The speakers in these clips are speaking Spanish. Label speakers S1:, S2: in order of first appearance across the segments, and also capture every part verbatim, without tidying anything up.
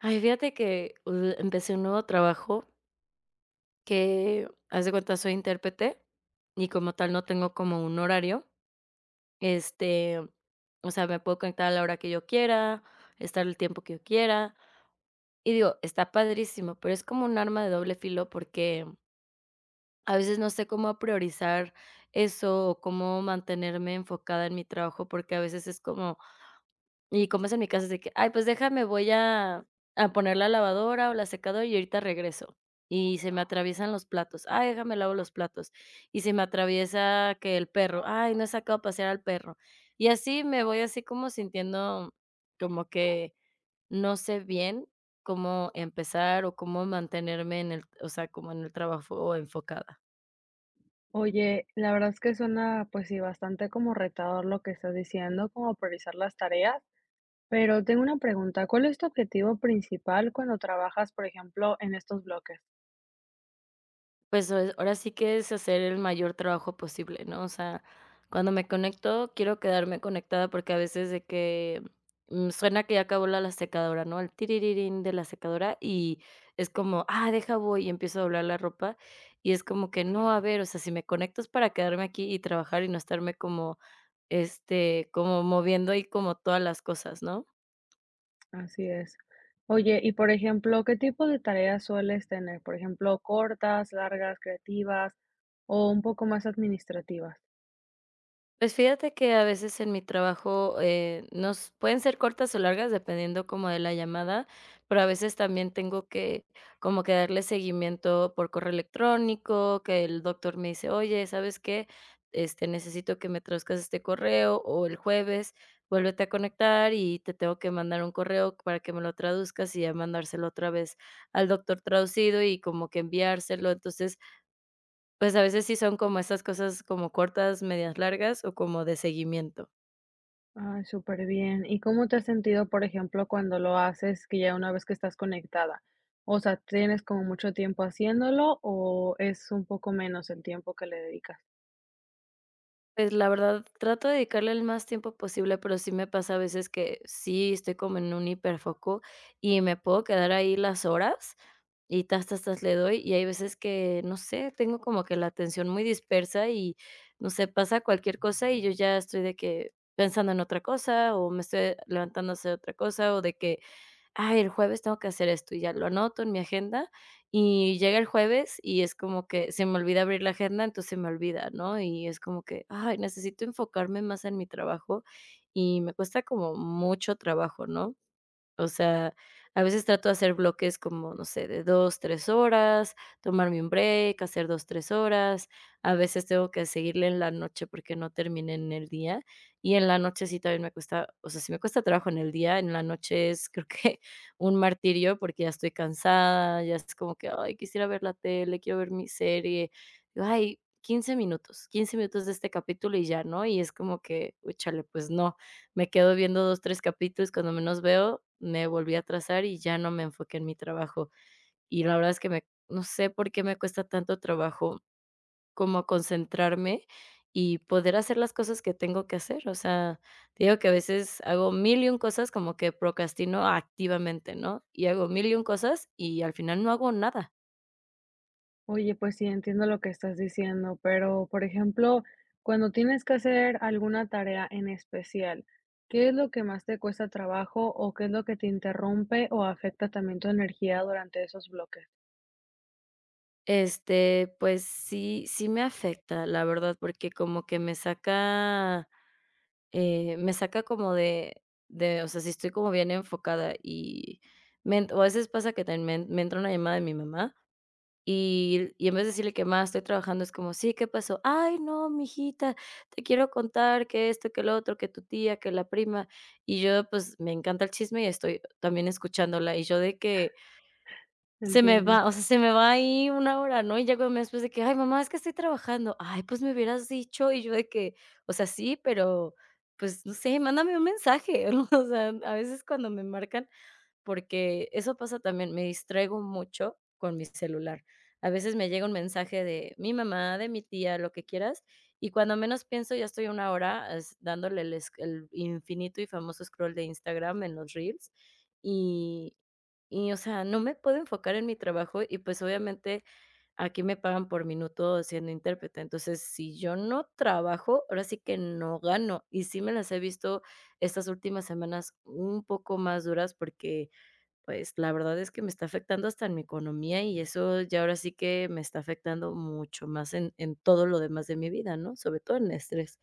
S1: Ay, fíjate que, uh, empecé un nuevo trabajo que, haz de cuenta, soy intérprete y como tal no tengo como un horario, este, o sea, me puedo conectar a la hora que yo quiera, estar el tiempo que yo quiera, y digo, está padrísimo, pero es como un arma de doble filo porque a veces no sé cómo priorizar eso o cómo mantenerme enfocada en mi trabajo, porque a veces es como. Y como es en mi casa es de que: "Ay, pues déjame, voy a a poner la lavadora o la secadora y ahorita regreso". Y se me atraviesan los platos: "Ay, déjame lavo los platos". Y se me atraviesa que el perro: "Ay, no he sacado a pasear al perro". Y así me voy así como sintiendo como que no sé bien cómo empezar o cómo mantenerme en el, o sea, como en el trabajo enfocada.
S2: Oye, la verdad es que suena, pues sí, bastante como retador lo que estás diciendo, como priorizar las tareas, pero tengo una pregunta, ¿cuál es tu objetivo principal cuando trabajas, por ejemplo, en estos bloques?
S1: Pues, o ahora sí que es hacer el mayor trabajo posible, ¿no? O sea, cuando me conecto, quiero quedarme conectada porque a veces de que, mm, suena que ya acabó la la secadora, ¿no? El tiririrín de la secadora, y es como: "Ah, deja voy", y empiezo a doblar la ropa, y es como que: "No, a ver, o sea, si me conecto es para quedarme aquí y trabajar y no estarme como, este, como moviendo ahí como todas las cosas", ¿no?
S2: Así es. Oye, y por ejemplo, ¿qué tipo de tareas sueles tener? Por ejemplo, cortas, largas, creativas o un poco más administrativas.
S1: Pues fíjate que a veces en mi trabajo, eh, nos pueden ser cortas o largas dependiendo como de la llamada, pero a veces también tengo que, como que darle seguimiento por correo electrónico, que el doctor me dice: "Oye, ¿sabes qué? Este, necesito que me traduzcas este correo, o el jueves vuélvete a conectar y te tengo que mandar un correo para que me lo traduzcas", y ya mandárselo otra vez al doctor traducido y como que enviárselo. Entonces, pues, a veces sí son como estas cosas como cortas, medias largas o como de seguimiento.
S2: Ay, súper bien. ¿Y cómo te has sentido, por ejemplo, cuando lo haces, que ya una vez que estás conectada? O sea, ¿tienes como mucho tiempo haciéndolo o es un poco menos el tiempo que le dedicas?
S1: Pues, la verdad, trato de dedicarle el más tiempo posible, pero sí me pasa a veces que sí estoy como en un hiperfoco y me puedo quedar ahí las horas y tas, tas, tas, le doy, y hay veces que, no sé, tengo como que la atención muy dispersa y, no sé, pasa cualquier cosa y yo ya estoy de que pensando en otra cosa, o me estoy levantando a hacer otra cosa, o de que, ay, el jueves tengo que hacer esto, y ya lo anoto en mi agenda y llega el jueves y es como que se me olvida abrir la agenda, entonces se me olvida, ¿no? Y es como que, ay, necesito enfocarme más en mi trabajo y me cuesta como mucho trabajo, ¿no? O sea, a veces trato de hacer bloques como, no sé, de dos tres horas, tomarme un break, hacer dos tres horas. A veces tengo que seguirle en la noche porque no terminé en el día, y en la noche sí también me cuesta, o sea, sí me cuesta trabajo en el día, en la noche es creo que un martirio, porque ya estoy cansada, ya es como que: "Ay, quisiera ver la tele, quiero ver mi serie". Digo: "Ay, quince minutos, quince minutos de este capítulo y ya", ¿no? Y es como que, úchale, pues no. Me quedo viendo dos tres capítulos, cuando menos veo, me volví a trazar y ya no me enfoqué en mi trabajo. Y la verdad es que me no sé por qué me cuesta tanto trabajo como concentrarme y poder hacer las cosas que tengo que hacer. O sea, te digo que a veces hago mil y un cosas, como que procrastino activamente, ¿no? Y hago mil y un cosas y al final no hago nada.
S2: Oye, pues sí, entiendo lo que estás diciendo, pero, por ejemplo, cuando tienes que hacer alguna tarea en especial, ¿qué es lo que más te cuesta trabajo o qué es lo que te interrumpe o afecta también tu energía durante esos bloques?
S1: Este, pues sí, sí me afecta, la verdad, porque como que me saca. Eh, me saca como de de, o sea, si estoy como bien enfocada y me ent o a veces pasa que también me en me entra una llamada de mi mamá, y y en vez de decirle que más estoy trabajando, es como: "Sí, ¿qué pasó?". "Ay, no, mijita, te quiero contar que esto, que lo otro, que tu tía, que la prima". Y yo, pues, me encanta el chisme y estoy también escuchándola, y yo de que se me
S2: Entiendo.
S1: va, o sea, se me va ahí una hora, ¿no? Y ya cuando me después de que: "Ay, mamá, es que estoy trabajando". "Ay, pues me hubieras dicho". Y yo de que, o sea, sí, pero, pues, no sé, mándame un mensaje, ¿no? O sea, a veces cuando me marcan, porque eso pasa también, me distraigo mucho con mi celular. A veces me llega un mensaje de mi mamá, de mi tía, lo que quieras, y cuando menos pienso ya estoy una hora es- dándole el, esc- el infinito y famoso scroll de Instagram en los reels y, y, o sea, no me puedo enfocar en mi trabajo y pues obviamente aquí me pagan por minuto siendo intérprete. Entonces, si yo no trabajo, ahora sí que no gano. Y sí me las he visto estas últimas semanas un poco más duras porque, pues, la verdad es que me está afectando hasta en mi economía, y eso ya ahora sí que me está afectando mucho más en en todo lo demás de mi vida, ¿no? Sobre todo en el estrés.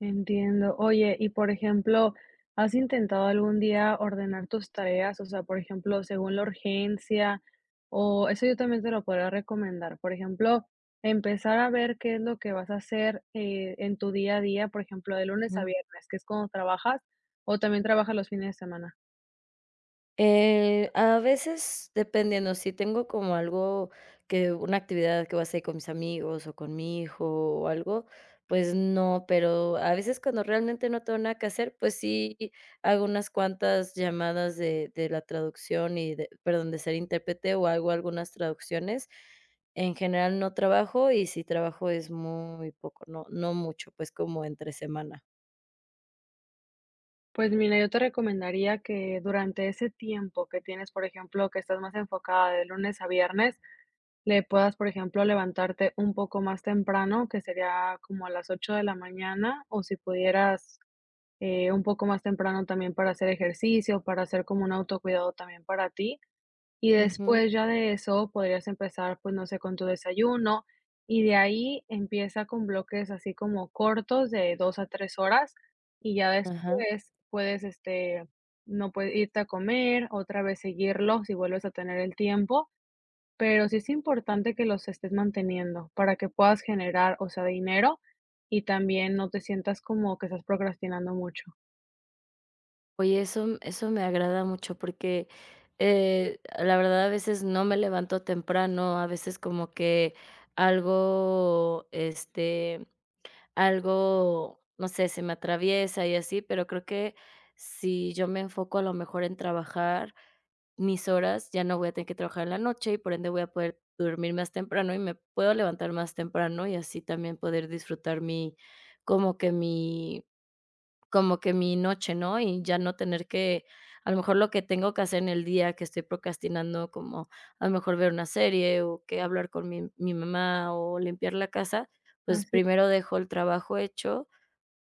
S2: Entiendo. Oye, y por ejemplo, ¿has intentado algún día ordenar tus tareas? O sea, por ejemplo, según la urgencia, o eso yo también te lo podría recomendar. Por ejemplo, empezar a ver qué es lo que vas a hacer eh, en tu día a día, por ejemplo, de lunes a viernes, que es cuando trabajas, o también trabajas los fines de semana.
S1: Eh, a veces, dependiendo, si tengo como algo que, una actividad que voy a hacer con mis amigos o con mi hijo o algo, pues no, pero a veces cuando realmente no tengo nada que hacer, pues sí hago unas cuantas llamadas de de la traducción y de, perdón, de ser intérprete, o hago algunas traducciones. En general no trabajo y si trabajo es muy poco, no no mucho, pues como entre semana.
S2: Pues mira, yo te recomendaría que durante ese tiempo que tienes, por ejemplo, que estás más enfocada de lunes a viernes, le puedas, por ejemplo, levantarte un poco más temprano, que sería como a las ocho de la mañana, o si pudieras eh, un poco más temprano también para hacer ejercicio, para hacer como un autocuidado también para ti. Y
S1: Ujú,
S2: después ya de eso podrías empezar, pues no sé, con tu desayuno. Y de ahí empieza con bloques así como cortos de dos a tres horas. Y ya
S1: ajá.
S2: después puedes, este, no puedes irte a comer, otra vez seguirlo si vuelves a tener el tiempo, pero sí es importante que los estés manteniendo para que puedas generar, o sea, dinero y también no te sientas como que estás procrastinando mucho.
S1: Oye, eso eso me agrada mucho porque, eh, la verdad a veces no me levanto temprano, a veces como que algo, este, algo, no sé, se me atraviesa y así, pero creo que si yo me enfoco a lo mejor en trabajar mis horas, ya no voy a tener que trabajar en la noche y por ende voy a poder dormir más temprano y me puedo levantar más temprano y así también poder disfrutar mi, como que mi, como que mi noche, ¿no? Y ya no tener que, a lo mejor lo que tengo que hacer en el día que estoy procrastinando, como a lo mejor ver una serie o que hablar con mi, mi mamá, o limpiar la casa, pues
S2: Así.
S1: primero dejo el trabajo hecho.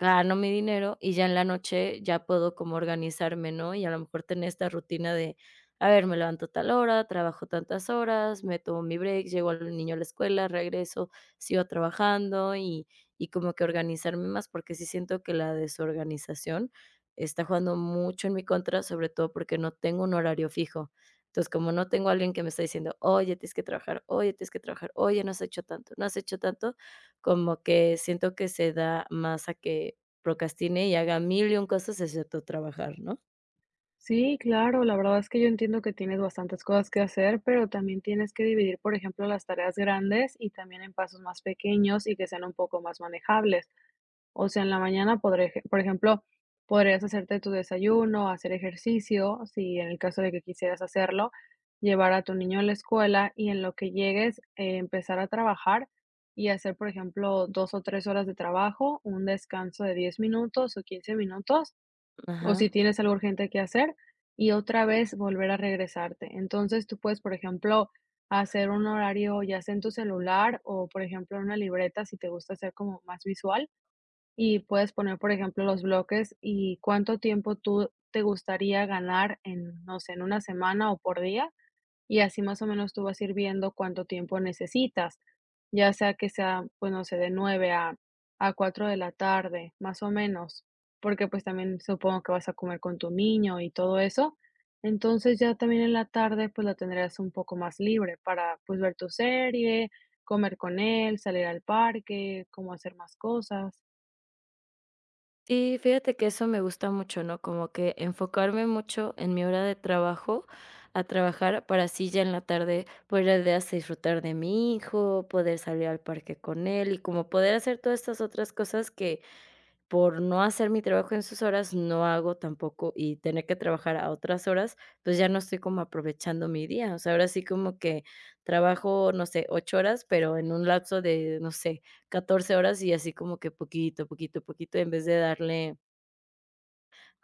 S1: Gano mi dinero y ya en la noche ya puedo como organizarme, ¿no? Y a lo mejor tener esta rutina de, a ver, me levanto tal hora, trabajo tantas horas, me tomo mi break, llego al niño a la escuela, regreso, sigo trabajando y, y como que organizarme más, porque sí siento que la desorganización está jugando mucho en mi contra, sobre todo porque no tengo un horario fijo. Entonces, como no tengo a alguien que me está diciendo, oye, tienes que trabajar, oye, tienes que trabajar, oye, no has hecho tanto, no has hecho tanto, como que siento que se da más a que procrastine y haga mil y un cosas excepto trabajar, ¿no?
S2: Sí, claro, la verdad es que yo entiendo que tienes bastantes cosas que hacer, pero también tienes que dividir, por ejemplo, las tareas grandes y también en pasos más pequeños y que sean un poco más manejables. O sea, en la mañana podré eje por ejemplo, podrías hacerte tu desayuno, hacer ejercicio, si en el caso de que quisieras hacerlo, llevar a tu niño a la escuela y en lo que llegues, eh, empezar a trabajar y hacer, por ejemplo, dos o tres horas de trabajo, un descanso de diez minutos o quince minutos, o
S1: Ajá.
S2: si tienes algo urgente que hacer, y otra vez volver a regresarte. Entonces, tú puedes, por ejemplo, hacer un horario, ya sea en tu celular o, por ejemplo, en una libreta, si te gusta ser como más visual, y puedes poner, por ejemplo, los bloques y cuánto tiempo tú te gustaría ganar en, no sé, en una semana o por día. Y así más o menos tú vas a ir viendo cuánto tiempo necesitas, ya sea que sea, pues no sé, de nueve a, a cuatro de la tarde, más o menos, porque pues también supongo que vas a comer con tu niño y todo eso. Entonces ya también en la tarde pues la tendrás un poco más libre para pues ver tu serie, comer con él, salir al parque, como hacer más cosas.
S1: Sí, fíjate que eso me gusta mucho, ¿no? Como que enfocarme mucho en mi hora de trabajo, a trabajar para así ya en la tarde poder de hasta disfrutar de mi hijo, poder salir al parque con él y como poder hacer todas estas otras cosas que por no hacer mi trabajo en sus horas, no hago tampoco y tener que trabajar a otras horas, pues ya no estoy como aprovechando mi día. O sea, ahora sí como que trabajo, no sé, ocho horas, pero en un lapso de, no sé, catorce horas, y así como que poquito, poquito, poquito, en vez de darle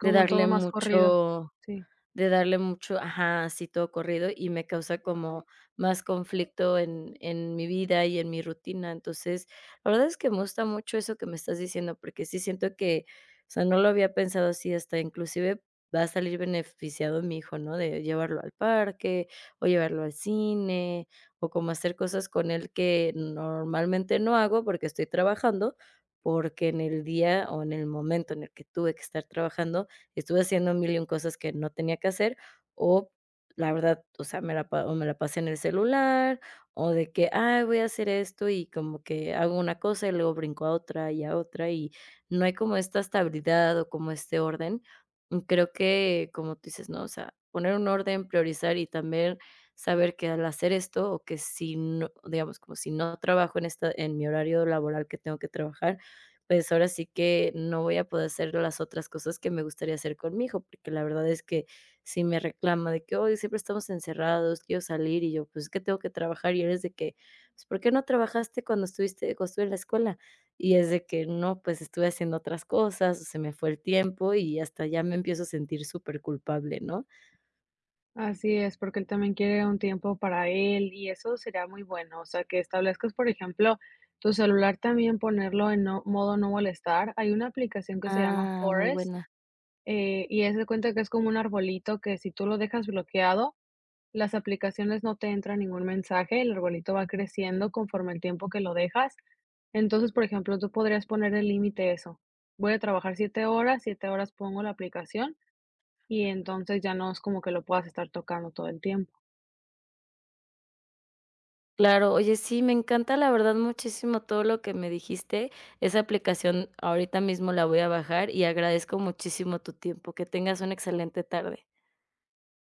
S1: de darle
S2: todo más corrido.
S1: mucho
S2: Sí,
S1: de darle mucho ajá, así todo corrido, y me causa como más conflicto en en mi vida y en mi rutina. Entonces, la verdad es que me gusta mucho eso que me estás diciendo, porque sí siento que, o sea, no lo había pensado así, hasta inclusive va a salir beneficiado mi hijo, ¿no? De llevarlo al parque, o llevarlo al cine, o como hacer cosas con él que normalmente no hago porque estoy trabajando, porque en el día o en el momento en el que tuve que estar trabajando, estuve haciendo mil y un cosas que no tenía que hacer, o la verdad, o sea, me la pa o me la pasé en el celular, o de que: "Ay, voy a hacer esto", y como que hago una cosa, y luego brinco a otra, y a otra, y no hay como esta estabilidad, o como este orden. Y creo que, como tú dices, ¿no? O sea, poner un orden, priorizar, y también saber que al hacer esto, o que si no, digamos, como si no trabajo en esta en mi horario laboral que tengo que trabajar, pues, ahora sí que no voy a poder hacer las otras cosas que me gustaría hacer con mi hijo, porque la verdad es que si me reclama de que: "Hoy siempre estamos encerrados, quiero salir", y yo: "Pues, es que tengo que trabajar", y eres de que: "Pues, ¿por qué no trabajaste cuando estuviste cuando estuve en la escuela?". Y es de que: "No, pues, estuve haciendo otras cosas, se me fue el tiempo", y hasta ya me empiezo a sentir súper culpable, ¿no?
S2: así es, porque él también quiere un tiempo para él y eso sería muy bueno. O sea, que establezcas, por ejemplo, tu celular también ponerlo en no modo no molestar. Hay una aplicación que se llama
S1: Ah, muy
S2: Forest,
S1: buena.
S2: eh, y haz de cuenta que es como un arbolito que si tú lo dejas bloqueado, las aplicaciones no te entran ningún mensaje, el arbolito va creciendo conforme el tiempo que lo dejas. Entonces, por ejemplo, tú podrías poner el límite eso. Voy a trabajar siete horas, siete horas pongo la aplicación. Y entonces ya no es como que lo puedas estar tocando todo el tiempo.
S1: Claro, oye, sí, me encanta la verdad muchísimo todo lo que me dijiste. Esa aplicación ahorita mismo la voy a bajar y agradezco muchísimo tu tiempo. Que tengas una excelente tarde.